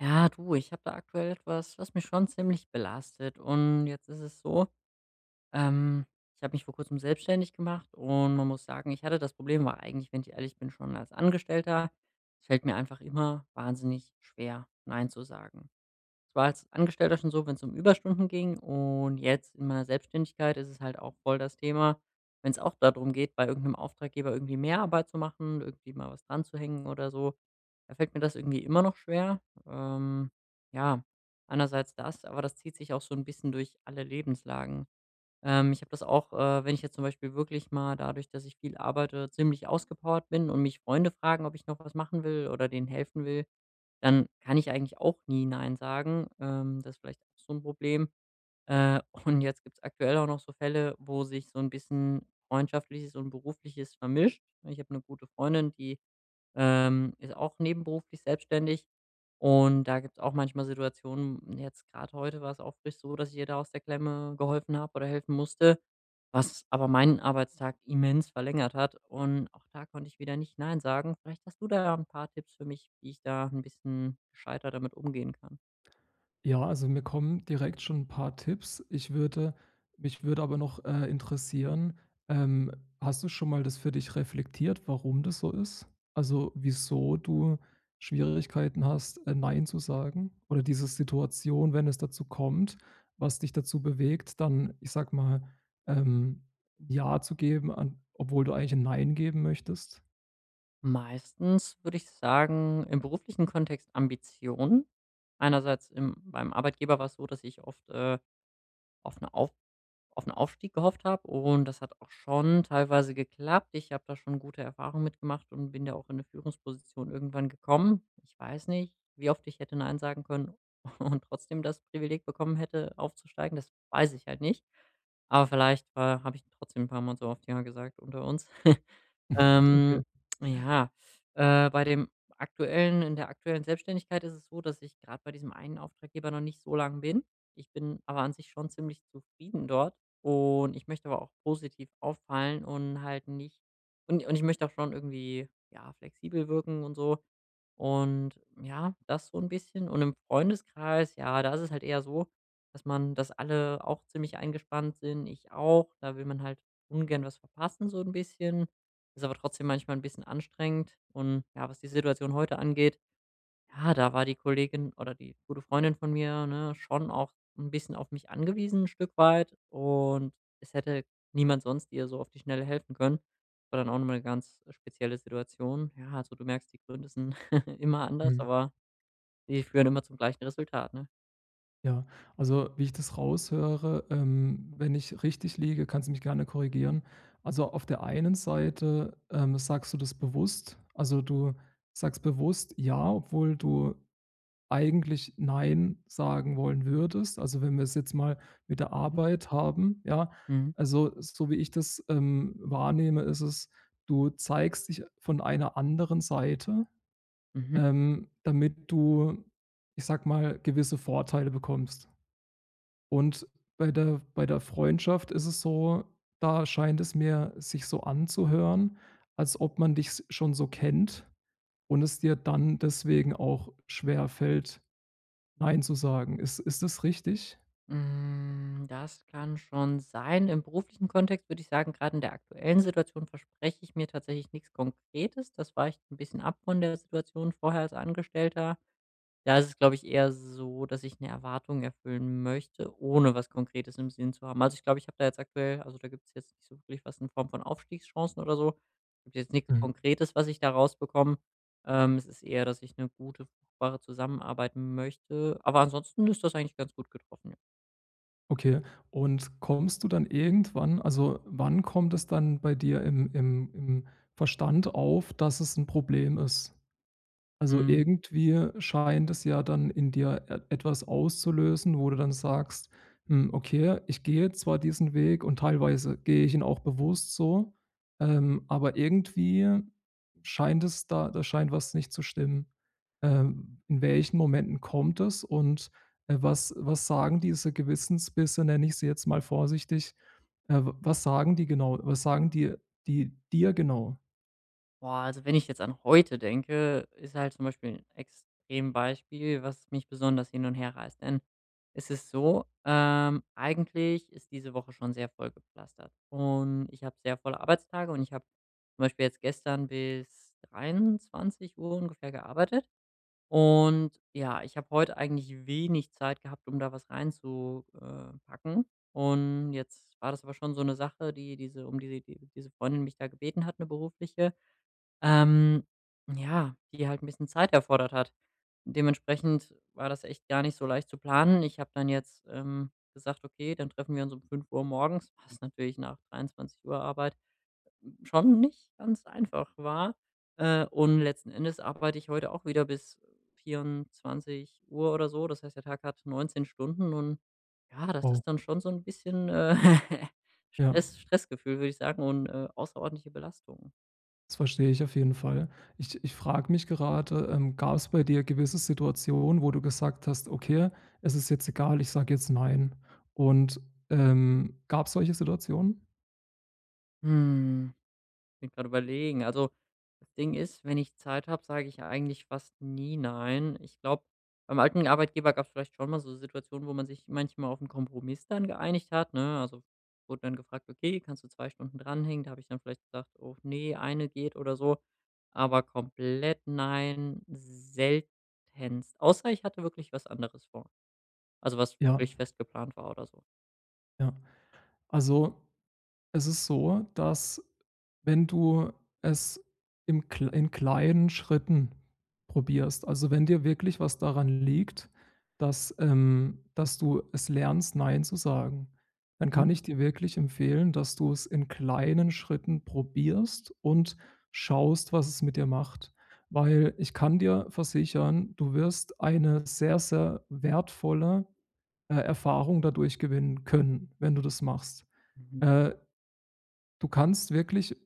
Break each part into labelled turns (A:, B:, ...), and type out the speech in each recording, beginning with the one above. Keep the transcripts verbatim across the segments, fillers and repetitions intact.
A: Ja, du, ich habe da aktuell etwas, was mich schon ziemlich belastet. Und jetzt ist es so, ähm, ich habe mich vor kurzem selbstständig gemacht und man muss sagen, ich hatte das Problem, war eigentlich, wenn ich ehrlich bin, schon als Angestellter. Es fällt mir einfach immer wahnsinnig schwer, Nein zu sagen. Es war als Angestellter schon so, wenn es um Überstunden ging, und jetzt in meiner Selbstständigkeit ist es halt auch voll das Thema, wenn es auch darum geht, bei irgendeinem Auftraggeber irgendwie mehr Arbeit zu machen, irgendwie mal was dran zu hängen oder so. Da fällt mir das irgendwie immer noch schwer. Ähm, ja, einerseits das, aber das zieht sich auch so ein bisschen durch alle Lebenslagen. Ähm, ich habe das auch, äh, wenn ich jetzt zum Beispiel wirklich mal, dadurch, dass ich viel arbeite, ziemlich ausgepowert bin und mich Freunde fragen, ob ich noch was machen will oder denen helfen will, dann kann ich eigentlich auch nie nein sagen. Ähm, das ist vielleicht auch so ein Problem. Äh, und jetzt gibt es aktuell auch noch so Fälle, wo sich so ein bisschen Freundschaftliches und Berufliches vermischt. Ich habe eine gute Freundin, die ähm, ist auch nebenberuflich selbstständig. Und da gibt's auch manchmal Situationen, hm, jetzt gerade heute war's auch frisch so, dass ich ihr da aus der Klemme geholfen habe oder helfen musste, was aber meinen Arbeitstag immens verlängert hat. Und auch da konnte ich wieder nicht nein sagen. Vielleicht hast du da ein paar Tipps für mich, wie ich da ein bisschen gescheiter damit umgehen kann.
B: Ja, also mir kommen direkt schon ein paar Tipps. Ich würde mich würde aber noch, äh, interessieren, ähm, hast du schon mal das für dich reflektiert, warum das so ist? Also, wieso du Schwierigkeiten hast, äh, nein zu sagen oder diese Situation, wenn es dazu kommt, was dich dazu bewegt, dann, ich sag mal, ähm, ja zu geben an obwohl du eigentlich 'n Nein geben möchtest?
A: Meistens würde ich sagen, im beruflichen Kontext Ambition. Einerseits im beim Arbeitgeber war es so, dass ich oft, äh, auf eine auf auf 'n Aufstieg gehofft habe und das hat auch schon teilweise geklappt. Ich habe da schon gute Erfahrungen mitgemacht und bin da auch in 'ne Führungsposition irgendwann gekommen. Ich weiß nicht, wie oft ich hätte nein sagen können und trotzdem das Privileg bekommen hätte, aufzusteigen. Das weiß ich halt nicht. Aber vielleicht war habe ich trotzdem 'n paar Mal so oft ja gesagt unter uns. Ähm,
B: Okay.
A: ja, äh, bei dem aktuellen in der aktuellen Selbstständigkeit ist es so, dass ich gerade bei diesem einen Auftraggeber noch nicht so lang bin. Ich bin aber an sich schon ziemlich zufrieden dort und ich möchte aber auch positiv auffallen und halt nicht und und ich möchte auch schon irgendwie, ja, flexibel wirken und so. Und ja, das so ein bisschen. Und im Freundeskreis, ja, da ist es halt eher so, dass man dass alle auch ziemlich eingespannt sind, ich auch. Da will man halt ungern was verpassen so ein bisschen. Ist aber trotzdem manchmal ein bisschen anstrengend, und ja, was die Situation heute angeht, ja, da war die Kollegin oder die gute Freundin von mir, ne, schon auch ein bisschen auf mich angewiesen, ein Stück weit, und es hätte niemand sonst ihr so auf die Schnelle helfen können. War dann auch noch mal 'ne ganz spezielle Situation. Ja, also, du merkst, die Gründe sind immer anders,
B: Mhm.
A: aber die führen immer zum gleichen Resultat, ne?
B: Ja, also wie ich das raushöre, ähm, wenn ich richtig liege, kannst du mich gerne korrigieren. Also auf der einen Seite, ähm, sagst du das bewusst, also du sagst bewusst ja, obwohl du eigentlich nein sagen wollen würdest. Also wenn wir es jetzt mal mit der
A: Mhm,
B: Arbeit haben, ja,
A: mhm.
B: also so wie ich das ähm, wahrnehme, ist es, du zeigst dich von einer anderen Seite,
A: Mhm.
B: ähm, damit du, ich sag mal, gewisse Vorteile bekommst. Und bei der bei der Freundschaft ist es so, da scheint es mir sich so anzuhören, als ob man dich s schon so kennt und es dir dann deswegen auch schwer fällt, „Nein“ zu sagen. Ist ist das richtig?
A: Hm, das kann schon sein. Im beruflichen Kontext würde ich sagen, gerade in der aktuellen Situation verspreche ich mir tatsächlich nichts Konkretes. Das weicht ein bisschen ab von der Situation vorher als Angestellter. Da ist es, glaube ich, eher so, dass ich eine Erwartung erfüllen möchte, ohne was Konkretes im Sinn zu haben. Also, ich glaube, ich habe da jetzt aktuell, also, da gibt es jetzt nicht so wirklich was in Form von Aufstiegschancen oder so. Gibt jetzt nichts
B: Mhm.
A: Konkretes, was ich da rausbekomme. Ähm, es ist eher, dass ich eine gute, fruchtbare Zusammenarbeit möchte. Aber ansonsten ist das eigentlich ganz gut getroffen, ja.
B: Okay. Und kommst du dann irgendwann also, wann kommt es dann bei dir im im im Verstand auf, dass es ein Problem ist? Also,
A: Mhm.
B: irgendwie scheint es ja dann in dir e etwas auszulösen, wo du dann sagst: „Hm, okay, ich gehe zwar diesen Weg und teilweise gehe ich ihn auch bewusst so, ähm, aber irgendwie scheint es da da scheint was nicht zu stimmen.“ Ähm, in welchen Momenten kommt es und, äh, was was sagen diese Gewissensbisse, nenne ich sie jetzt mal vorsichtig, äh, w was sagen die genau was sagen die die dir genau?
A: Boah, also wenn ich jetzt an heute denke, ist halt zum Beispiel 'n Extrembeispiel, was mich besonders hin und her reißt. Denn es ist so, ähm, eigentlich ist diese Woche schon sehr voll vollgepflastert und ich habe sehr volle Arbeitstage und ich habe zum Beispiel jetzt gestern bis dreiundzwanzig Uhr ungefähr gearbeitet, und ja, ich habe heute eigentlich wenig Zeit gehabt, um da was reinzupacken. Und jetzt war das aber schon so eine Sache, die diese um die die diese Freundin mich da gebeten hat, eine berufliche. Ähm, ja, die halt ein bisschen Zeit erfordert hat. Dementsprechend war das echt gar nicht so leicht zu planen. Ich habe dann jetzt, ähm, gesagt: „Okay, dann treffen wir uns um fünf Uhr morgens“, was natürlich nach dreiundzwanzig Uhr Arbeit schon nicht ganz einfach war. Äh, und letzten Endes arbeite ich heute auch wieder bis vierundzwanzig Uhr oder so. Das heißt, der Tag hat neunzehn Stunden und ja, das
B: Wow,
A: ist dann schon so ein bisschen, äh,
B: ja.
A: Stress Stressgefühl, würde ich sagen, und, äh, außerordentliche Belastung.
B: Das verstehe ich auf jeden Fall. Ich ich frage mich gerade, ähm, gab es bei dir gewisse Situationen, wo du gesagt hast: „Okay, es ist jetzt egal, ich sage jetzt nein.“ Und, ähm, gab es solche Situationen?
A: Hm. Bin gerade überlegen. Also, das Ding ist, wenn ich Zeit habe, sage ich ja eigentlich fast nie nein. Ich glaube, beim alten Arbeitgeber gab es vielleicht schon mal so Situationen, wo man sich manchmal auf einen Kompromiss dann geeinigt hat, ne? Also, wurde dann gefragt: „Okay, kannst du zwei Stunden dranhängen?“ Da habe ich dann vielleicht gesagt: „Oh nee, eine geht“ oder so. Aber komplett nein, seltenst. Außer ich hatte wirklich was anderes vor. Also, was
B: Ja,
A: wirklich fest geplant war oder so.
B: ja. Also es ist so, dass wenn du es im kl in kleinen Schritten probierst, also wenn dir wirklich was daran liegt, dass, ähm dass du es lernst, „Nein“ zu sagen, dann
A: Mhm,
B: kann ich dir wirklich empfehlen, dass du es in kleinen Schritten probierst und schaust, was es mit dir macht. Weil ich kann dir versichern, du wirst eine sehr, sehr wertvolle, äh, Erfahrung dadurch gewinnen können, wenn du das machst.
A: mhm,
B: Äh, Du kannst wirklich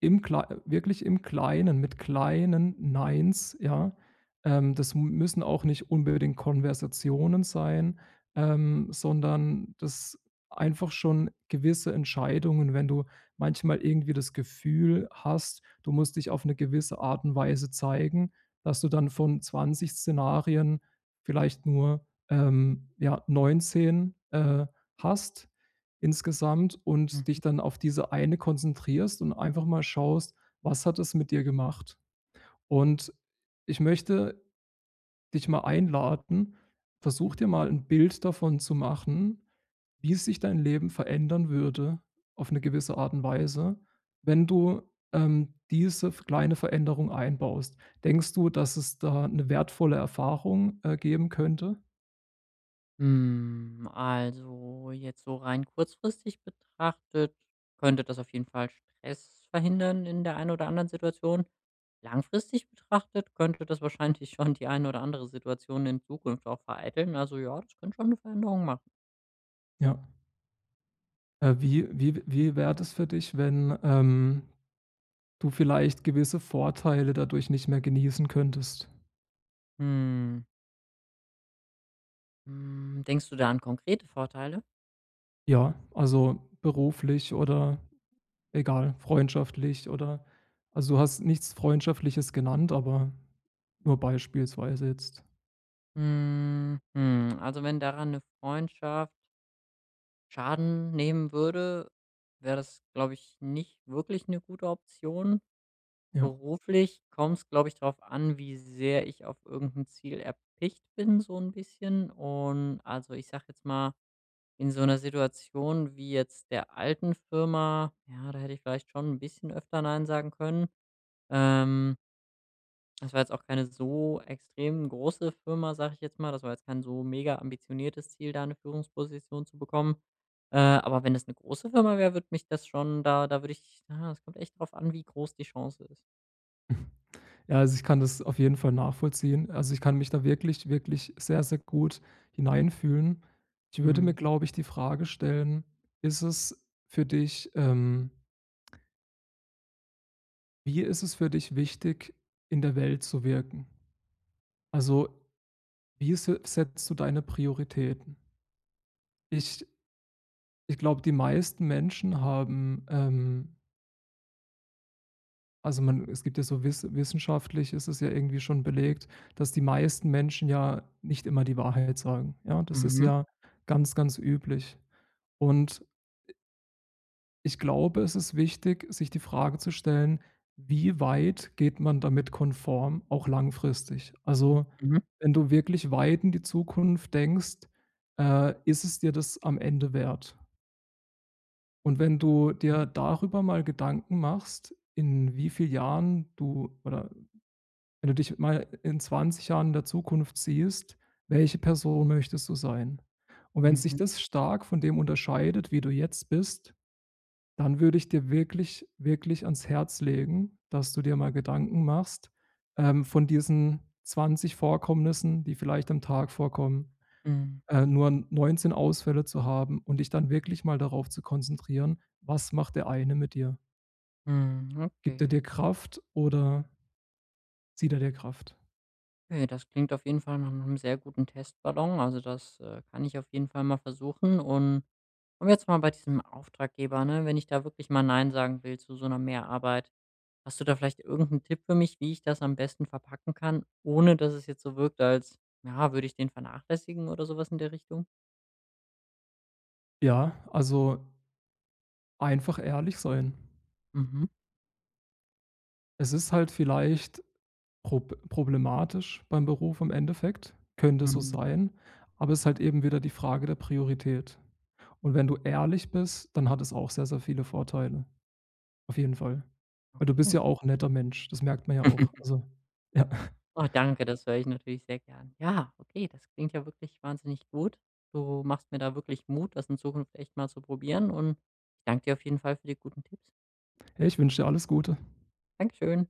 B: im Klei wirklich im Kleinen, mit kleinen Neins, ja, ähm, das müssen auch nicht unbedingt Konversationen sein, ähm, sondern das einfach schon gewisse Entscheidungen, wenn du manchmal irgendwie das Gefühl hast, du musst dich auf eine gewisse Art und Weise zeigen, dass du dann von zwanzig Szenarien vielleicht nur, ähm, ja, neunzehn, äh, hast. Insgesamt
A: mhm,
B: und dich
A: mhm.
B: dann auf diese eine konzentrierst und einfach mal schaust, was hat es mit dir gemacht? Und ich möchte dich mal einladen, versuch dir mal ein Bild davon zu machen, wie sich dein Leben verändern würde auf eine gewisse Art und Weise, wenn du, ähm, diese v kleine Veränderung einbaust. Denkst du, dass es da eine wertvolle Erfahrung, äh, geben könnte?
A: Hm, also jetzt so rein kurzfristig betrachtet, könnte das auf jeden Fall Stress verhindern in der einen oder anderen Situation. Langfristig betrachtet könnte das wahrscheinlich schon die eine oder andere Situation in Zukunft auch vereiteln. Also ja, das könnte schon 'ne Veränderung machen.
B: Ja. Äh, wie wie wie wäre das für dich, wenn, ähm du vielleicht gewisse Vorteile dadurch nicht mehr genießen könntest.
A: Hm, hm, denkst du da an konkrete Vorteile?
B: Ja, also beruflich oder egal, freundschaftlich oder also du hast nichts Freundschaftliches genannt, aber nur beispielsweise jetzt.
A: Hm, hm, also wenn daran eine Freundschaft Schaden nehmen würde, wäre das, glaube ich, nicht wirklich eine gute Option.
B: Ja.
A: Beruflich kommt es, glaube ich, darauf an, wie sehr ich auf irgendein Ziel erpicht bin, so ein bisschen. Und, also, ich sage jetzt mal, in so einer Situation wie jetzt der alten Firma, ja, da hätte ich vielleicht schon ein bisschen öfter nein sagen können. Ähm, Das war jetzt auch keine so extrem große Firma, sage ich jetzt mal. Das war jetzt kein so mega ambitioniertes Ziel, da eine Führungsposition zu bekommen. Äh, aber wenn es eine große Firma wäre, würde mich das schon, da da würde ich, ja, es kommt echt drauf an, wie groß die Chance ist.
B: Ja, also ich kann das auf jeden Fall nachvollziehen. Also ich kann mich da wirklich, wirklich sehr, sehr gut hineinfühlen. Ich würde mir, glaube ich, die Frage stellen, ist es für dich, ähm, wie ist es für dich wichtig, in der Welt zu wirken? Also wie se setzt du deine Prioritäten? Ich ich glaube, die meisten Menschen haben, ähm also man es gibt ja so wiss wissenschaftlich ist es ja irgendwie schon belegt, dass die meisten Menschen ja nicht immer die Wahrheit sagen. Ja, das ist
A: Mhm.
B: ja ganz, ganz üblich. Und ich glaube, es ist wichtig, sich die Frage zu stellen: Wie weit geht man damit konform, auch langfristig? Also,
A: Mhm.
B: wenn du wirklich weit in die Zukunft denkst, äh, ist es dir das am Ende wert? Und wenn du
A: Mhm.
B: dir darüber mal Gedanken machst, in wie vielen Jahren du oder wenn du dich mal in zwanzig Jahren in der Zukunft siehst, welche Person möchtest du sein? Und wenn sich
A: Mhm.
B: das stark von dem unterscheidet, wie du jetzt bist, dann würde ich dir wirklich, wirklich ans Herz legen, dass du dir mal Gedanken machst, ähm, von diesen zwanzig Vorkommnissen, die vielleicht am Tag vorkommen,
A: Mhm.
B: äh, nur neunzehn Ausfälle zu haben und dich dann wirklich mal darauf zu konzentrieren, was macht der eine mit dir?
A: Mhm.
B: Gibt er
A: Okay.
B: dir Kraft oder zieht er dir Kraft?
A: Okay, das klingt auf jeden Fall nach einem sehr guten Testballon. Also, das, äh, kann ich auf jeden Fall mal versuchen. Und und jetzt mal bei diesem Auftraggeber, ne, wenn ich da wirklich mal nein sagen will zu so einer Mehrarbeit, hast du da vielleicht irgendeinen Tipp für mich, wie ich das am besten verpacken kann, ohne dass es jetzt so wirkt, als, ja, würde ich den vernachlässigen oder sowas in der Richtung?
B: Ja, also einfach ehrlich sein.
A: Mhm.
B: Es ist halt vielleicht prob problematisch beim Beruf im Endeffekt, könnte so
A: Mhm.
B: sein, aber es ist halt eben wieder die Frage der Priorität. Und wenn du ehrlich bist, dann hat es auch sehr, sehr viele Vorteile. Auf jeden Fall. Weil du bist
A: Okay.
B: ja auch 'n netter Mensch, das merkt man ja auch. Also, ja.
A: Oh, danke, das höre ich natürlich sehr gern. Ja, okay, das klingt ja wirklich wahnsinnig gut. Du machst mir da wirklich Mut, das in Zukunft echt mal zu probieren, und ich danke dir auf jeden Fall für die guten Tipps.
B: Hey, ich wünsche dir alles Gute.
A: Dankeschön.